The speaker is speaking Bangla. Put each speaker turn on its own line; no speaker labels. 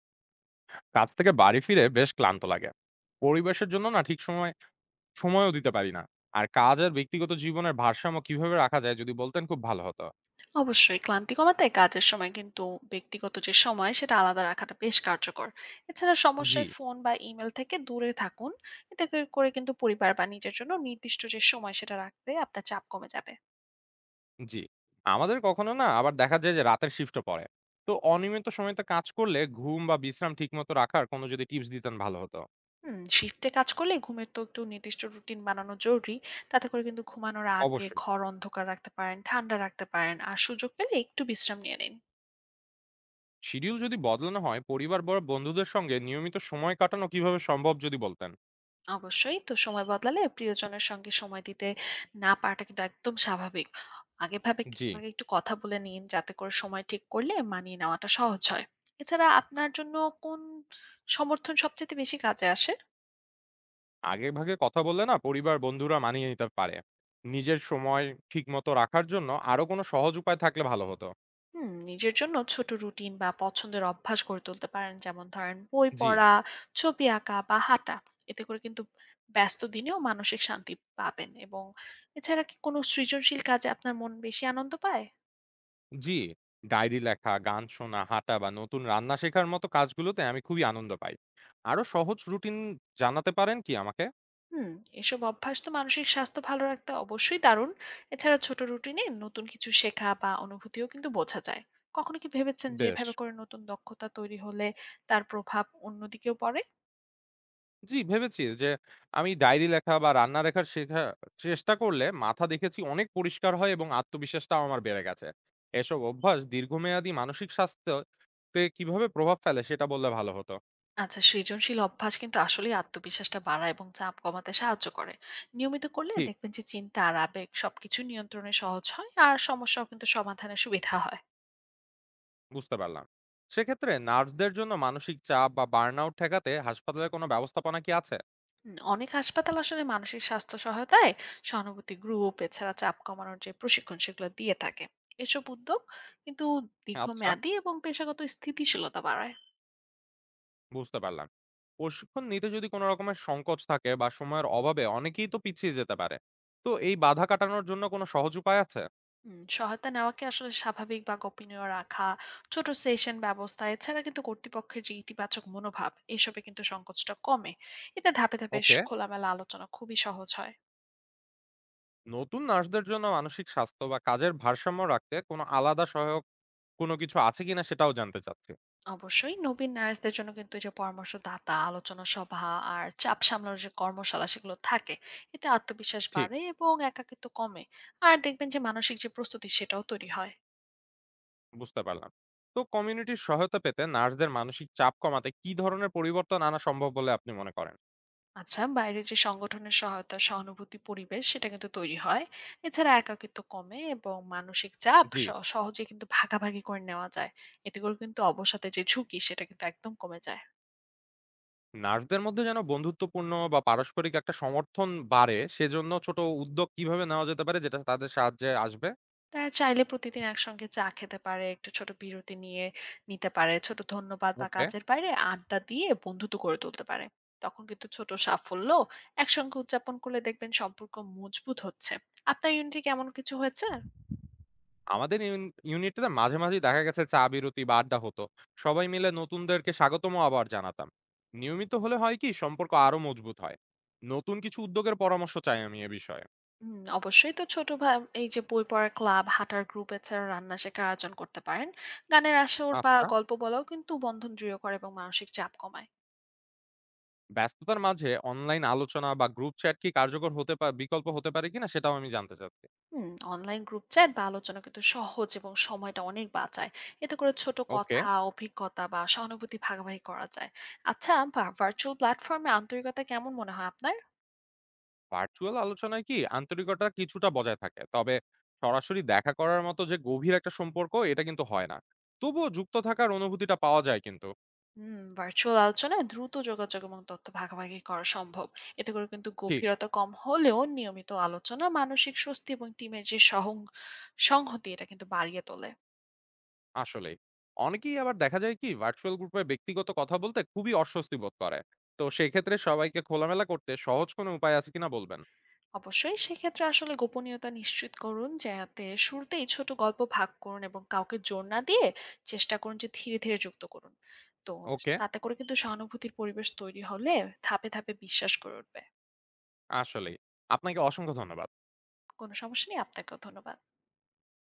কাজ থেকে বাড়ি ফিরে বেশ ক্লান্ত লাগে। পরিবেশের জন্য না ঠিক সময়ও দিতে পারি না। আর কাজ আর ব্যক্তিগত জীবনের ভারসাম্য কিভাবে রাখা যায় যদি বলতেন খুব ভালো হতো।
অবশ্যই ক্লান্তি কমাতে কাজের সময় কিন্তু ব্যক্তিগত যে সময় সেটা আলাদা রাখাটা বেশ কার্যকর। এছাড়া
জি।
সমস্যায় ফোন বা ইমেল থেকে দূরে থাকুন। এতে করে করে কিন্তু পরিবার বা নিজের জন্য নির্দিষ্ট যে সময় সেটা রাখতে আপনার চাপ কমে যাবে।
জি। আমাদের কখনো না আবার দেখা যায় যে রাতের শিফটও পড়ে। তো অনিয়মিত সময়তে কাজ করলে ঘুম বা বিশ্রাম ঠিকমতো রাখার কোনো যদি টিপস দিতেন ভালো হতো।
শিফটে কাজ করলে ঘুমের তো একটু নির্দিষ্ট রুটিন বানানো জরুরি। তাতে করে কিন্তু ঘুমানোর আগে
অবশ্যই
ঘর অন্ধকার রাখতে পারেন, ঠান্ডা রাখতে পারেন, আর সুযোগ পেলে একটু বিশ্রাম নিয়ে নিন।
শিডিউল যদি বদলানো হয় পরিবার বড় বন্ধুদের সঙ্গে নিয়মিত সময় কাটানো কিভাবে সম্ভব যদি বলতেন।
অবশ্যই। তো সময় বদলালে প্রিয়জনের সঙ্গে সময় দিতে না পারাটা কিন্তু একদম স্বাভাবিক। আগেভাবে
জি।
আগে একটু কথা বলে নিন, যাতে করে সময় ঠিক করলে মানিয়ে নেওয়াটা সহজ হয়। এছাড়া আপনার জন্য কোন সমর্থন সবচাইতে বেশি কাজে আসে?
আগেভাগে কথা বললে না পরিবার, বন্ধুরা মানিয়ে নিতে পারে। নিজের সময় ঠিকমতো রাখার জন্য আরো কোনো সহজ উপায় থাকলে ভালো হতো।
নিজের জন্য ছোট রুটিন বা পছন্দের অভ্যাস গড়ে তুলতে পারেন। যেমন ধরেন বই
জি,
পড়া, ছবি আঁকা বা হাঁটা। এতে করে কিন্তু ব্যস্ত দিনেও মানসিক শান্তি পাবেন। এবং এছাড়া কি কোনো সৃজনশীল কাজে আপনার মন বেশি আনন্দ পায়?
জি। ডায়েরি লেখা, গান শোনা, হাঁটা বা নতুন রান্না শেখার মতো কাজগুলোতে আমি খুবই আনন্দ পাই। আরো সহজ রুটিন জানাতে পারেন কি আমাকে?
হুম, এসব অভ্যাস তো মানসিক স্বাস্থ্য ভালো রাখতে অবশ্যই দারুণ। এছাড়া ছোট রুটিনে নতুন কিছু শেখা বা অনুভূতিও কিন্তু বোঝা যায়। কখনো কি ভেবেছেন যে
বেশ।
এভাবে করে নতুন দক্ষতা তৈরি হলে তার প্রভাব অন্যদিকেও পড়ে?
জি, ভেবেছি যে আমি ডায়েরি লেখা বা রান্না লেখার শেখা চেষ্টা করলে মাথা দেখেছি অনেক পরিষ্কার হয় এবং আত্মবিশ্বাসটাও আমার বেড়ে গেছে। এসব অভ্যাস দীর্ঘমেয়াদী মানসিক স্বাস্থ্যতে কিভাবে প্রভাব ফেলে সেটা বললে ভালো হতো।
আচ্ছা, সৃজনশীল অভ্যাস কিন্তু আসলেই আত্মবিশ্বাসটা বাড়ায় এবং চাপ কমাতে সাহায্য করে। নিয়মিত করলে
ঠিক
দেখবেন যে চিন্তা আর আবেগ সবকিছু নিয়ন্ত্রণে সহজ হয়, আর সমস্যাও কিন্তু সমাধানে সুবিধা হয়।
বুঝতে পারলাম। সেক্ষেত্রে নার্সদের জন্য মানসিক চাপ বা বার্নআউট ঠেকাতে হাসপাতালে কোনো ব্যবস্থাপনা কি আছে?
অনেক হাসপাতাল আসলে মানসিক স্বাস্থ্য সহায়তায় সহানুভূতি গ্রুপ, এছাড়া চাপ কমানোর যে প্রশিক্ষণ সেগুলো দিয়ে থাকে। এসব উদ্যোগ কিন্তু
আচ্ছা,
দীর্ঘমেয়াদী এবং পেশাগত স্থিতিশীলতা বাড়ায়।
বুঝতে পারলাম। প্রশিক্ষণ নিতে যদি কোনো রকমের সংকোচ থাকে বা সময়ের অভাবে অনেকেই তো পিছিয়ে যেতে পারে। তো এই বাধা কাটানোর জন্য কোনো সহজ উপায় আছে?
সহায়তা নেওয়াকে আসলে স্বাভাবিক বা গোপনীয় রাখা, ছোট সেশন ব্যবস্থা, এছাড়া কিন্তু কর্তৃপক্ষের যে ইতিবাচক মনোভাব, এসবে কিন্তু সংকোচটা কমে। এতে ধাপে ধাপে
ওকে।
খোলামেলা আলোচনা খুবই সহজ হয়।
নতুন নার্সদের জন্য মানসিক স্বাস্থ্য বা কাজের ভারসাম্য রাখতে কোনো আলাদা সহায়ক কোনো কিছু আছে কিনা সেটাও জানতে চাচ্ছি।
অবশ্যই নবীন নার্সদের জন্য কিন্তু এই যে পরামর্শদাতা, আলোচনা সভা, আর চাপ সামলানোর যে কর্মশালা সেগুলো থাকে। এতে আত্মবিশ্বাস
ঠিক
বাড়ে এবং একাকিত্ব কমে। আর দেখবেন যে মানসিক যে প্রস্তুতি সেটাও তৈরি হয়।
বুঝতে পারলাম। তো কমিউনিটির সহায়তা পেতে নার্সদের মানসিক চাপ কমাতে কি ধরনের পরিবর্তন আনা সম্ভব বলে আপনি মনে করেন?
আচ্ছা, বাইরের যে সংগঠনের সহায়তা, সহানুভূতি পরিবেশ সেটা কিন্তু তৈরি হয়। এছাড়া একাকিত্ব কমে এবং মানসিক চাপ
জি।
সহজে কিন্তু ভাগাভাগি করে নেওয়া যায়। এতে করে কিন্তু অবসাদের যে ঝুঁকি সেটা কিন্তু একদম কমে যায়।
নার্সদের মধ্যে যেন বন্ধুত্বপূর্ণ বা পারস্পরিক একটা সমর্থন বাড়ে, সেজন্য ছোট উদ্যোগ কিভাবে নেওয়া যেতে পারে যেটা তাদের সাহায্যে আসবে?
তারা চাইলে প্রতিদিন একসঙ্গে চা খেতে পারে, একটু ছোট বিরতি নিয়ে নিতে পারে, ছোট ধন্যবাদ বা
ওকে।
কাজের বাইরে আড্ডা দিয়ে বন্ধুত্ব গড়ে তুলতে পারে। তখন কিন্তু ছোট সাফল্য একসঙ্গে উদযাপন করলে দেখবেন সম্পর্ক মজবুত হচ্ছে। আপনার ইউনিটে কেমন কিছু হয়েছে?
আমাদের ইউনিটিতে মাঝে, মাঝেই দেখা গেছে চা বিরতি বা আড্ডা হতো। সবাই মিলে নতুনদেরকে স্বাগতমও আবার জানাতাম। নিয়মিত হলে হয় কি সম্পর্ক আরো মজবুত হয়। নতুন কিছু উদ্যোগের পরামর্শ চাই আমি এ বিষয়ে।
অবশ্যই। তো ছোট এই যে বই পড়ার ক্লাব, হাঁটার গ্রুপ, এছাড়া রান্না শেখার আয়োজন করতে পারেন। গানের আসর বা
আচ্ছা,
গল্প বলাও কিন্তু বন্ধন দৃঢ় করে এবং মানসিক চাপ কমায়।
ব্যস্ততার মাঝে অনলাইন আলোচনা বা গ্রুপ চ্যাট কি কার্যকর হতে পা বিকল্প হতে পারে কিনা সেটাও আমি জানতে চাচ্ছি।
অনলাইন গ্রুপ চ্যাট বা আলোচনা কিন্তু সহজ এবং সময়টা অনেক বাঁচায়। এতে করে ছোট
ওকে।
কথা, অভিজ্ঞতা বা সহানুভূতি ভাগাভাগি করা যায়। আচ্ছা, ভার্চুয়াল প্ল্যাটফর্মে আন্তরিকতা কেমন মনে হয় আপনার?
ভার্চুয়াল আলোচনায় কি আন্তরিকতা কিছুটা বজায় থাকে, তবে সরাসরি দেখা করার মতো যে গভীর একটা সম্পর্ক এটা কিন্তু হয় না। তবুও যুক্ত থাকার অনুভূতিটা পাওয়া যায় কিন্তু।
ভার্চুয়াল আলোচনায় দ্রুত যোগাযোগ এবং তথ্য ভাগাভাগি করা সম্ভব। এতে করে কিন্তু
ঠিক।
গভীরতা কম হলেও নিয়মিত আলোচনা মানসিক স্বস্তি এবং টিমের যে সংহতি এটা কিন্তু বাড়িয়ে তোলে।
আসলে অনেকেই আবার দেখা যায় কি ভার্চুয়াল গ্রুপে ব্যক্তিগত কথা বলতে খুবই অস্বস্তি বোধ করে। তো সেক্ষেত্রে সবাইকে খোলামেলা করতে সহজ কোনো উপায় আছে কিনা বলবেন।
অবশ্যই সেক্ষেত্রে আসলে গোপনীয়তা নিশ্চিত করুন, যাতে শুরুতেই ছোট গল্প ভাগ করুন এবং কাউকে জোর না দিয়ে চেষ্টা করুন যে ধীরে ধীরে যুক্ত করুন। তো
ওকে।
তাতে করে কিন্তু সহানুভূতির পরিবেশ তৈরি হলে ধাপে ধাপে বিশ্বাস করে উঠবে।
আসলে, আপনাকে অসংখ্য ধন্যবাদ।
কোনো সমস্যা নেই, আপনাকেও ধন্যবাদ।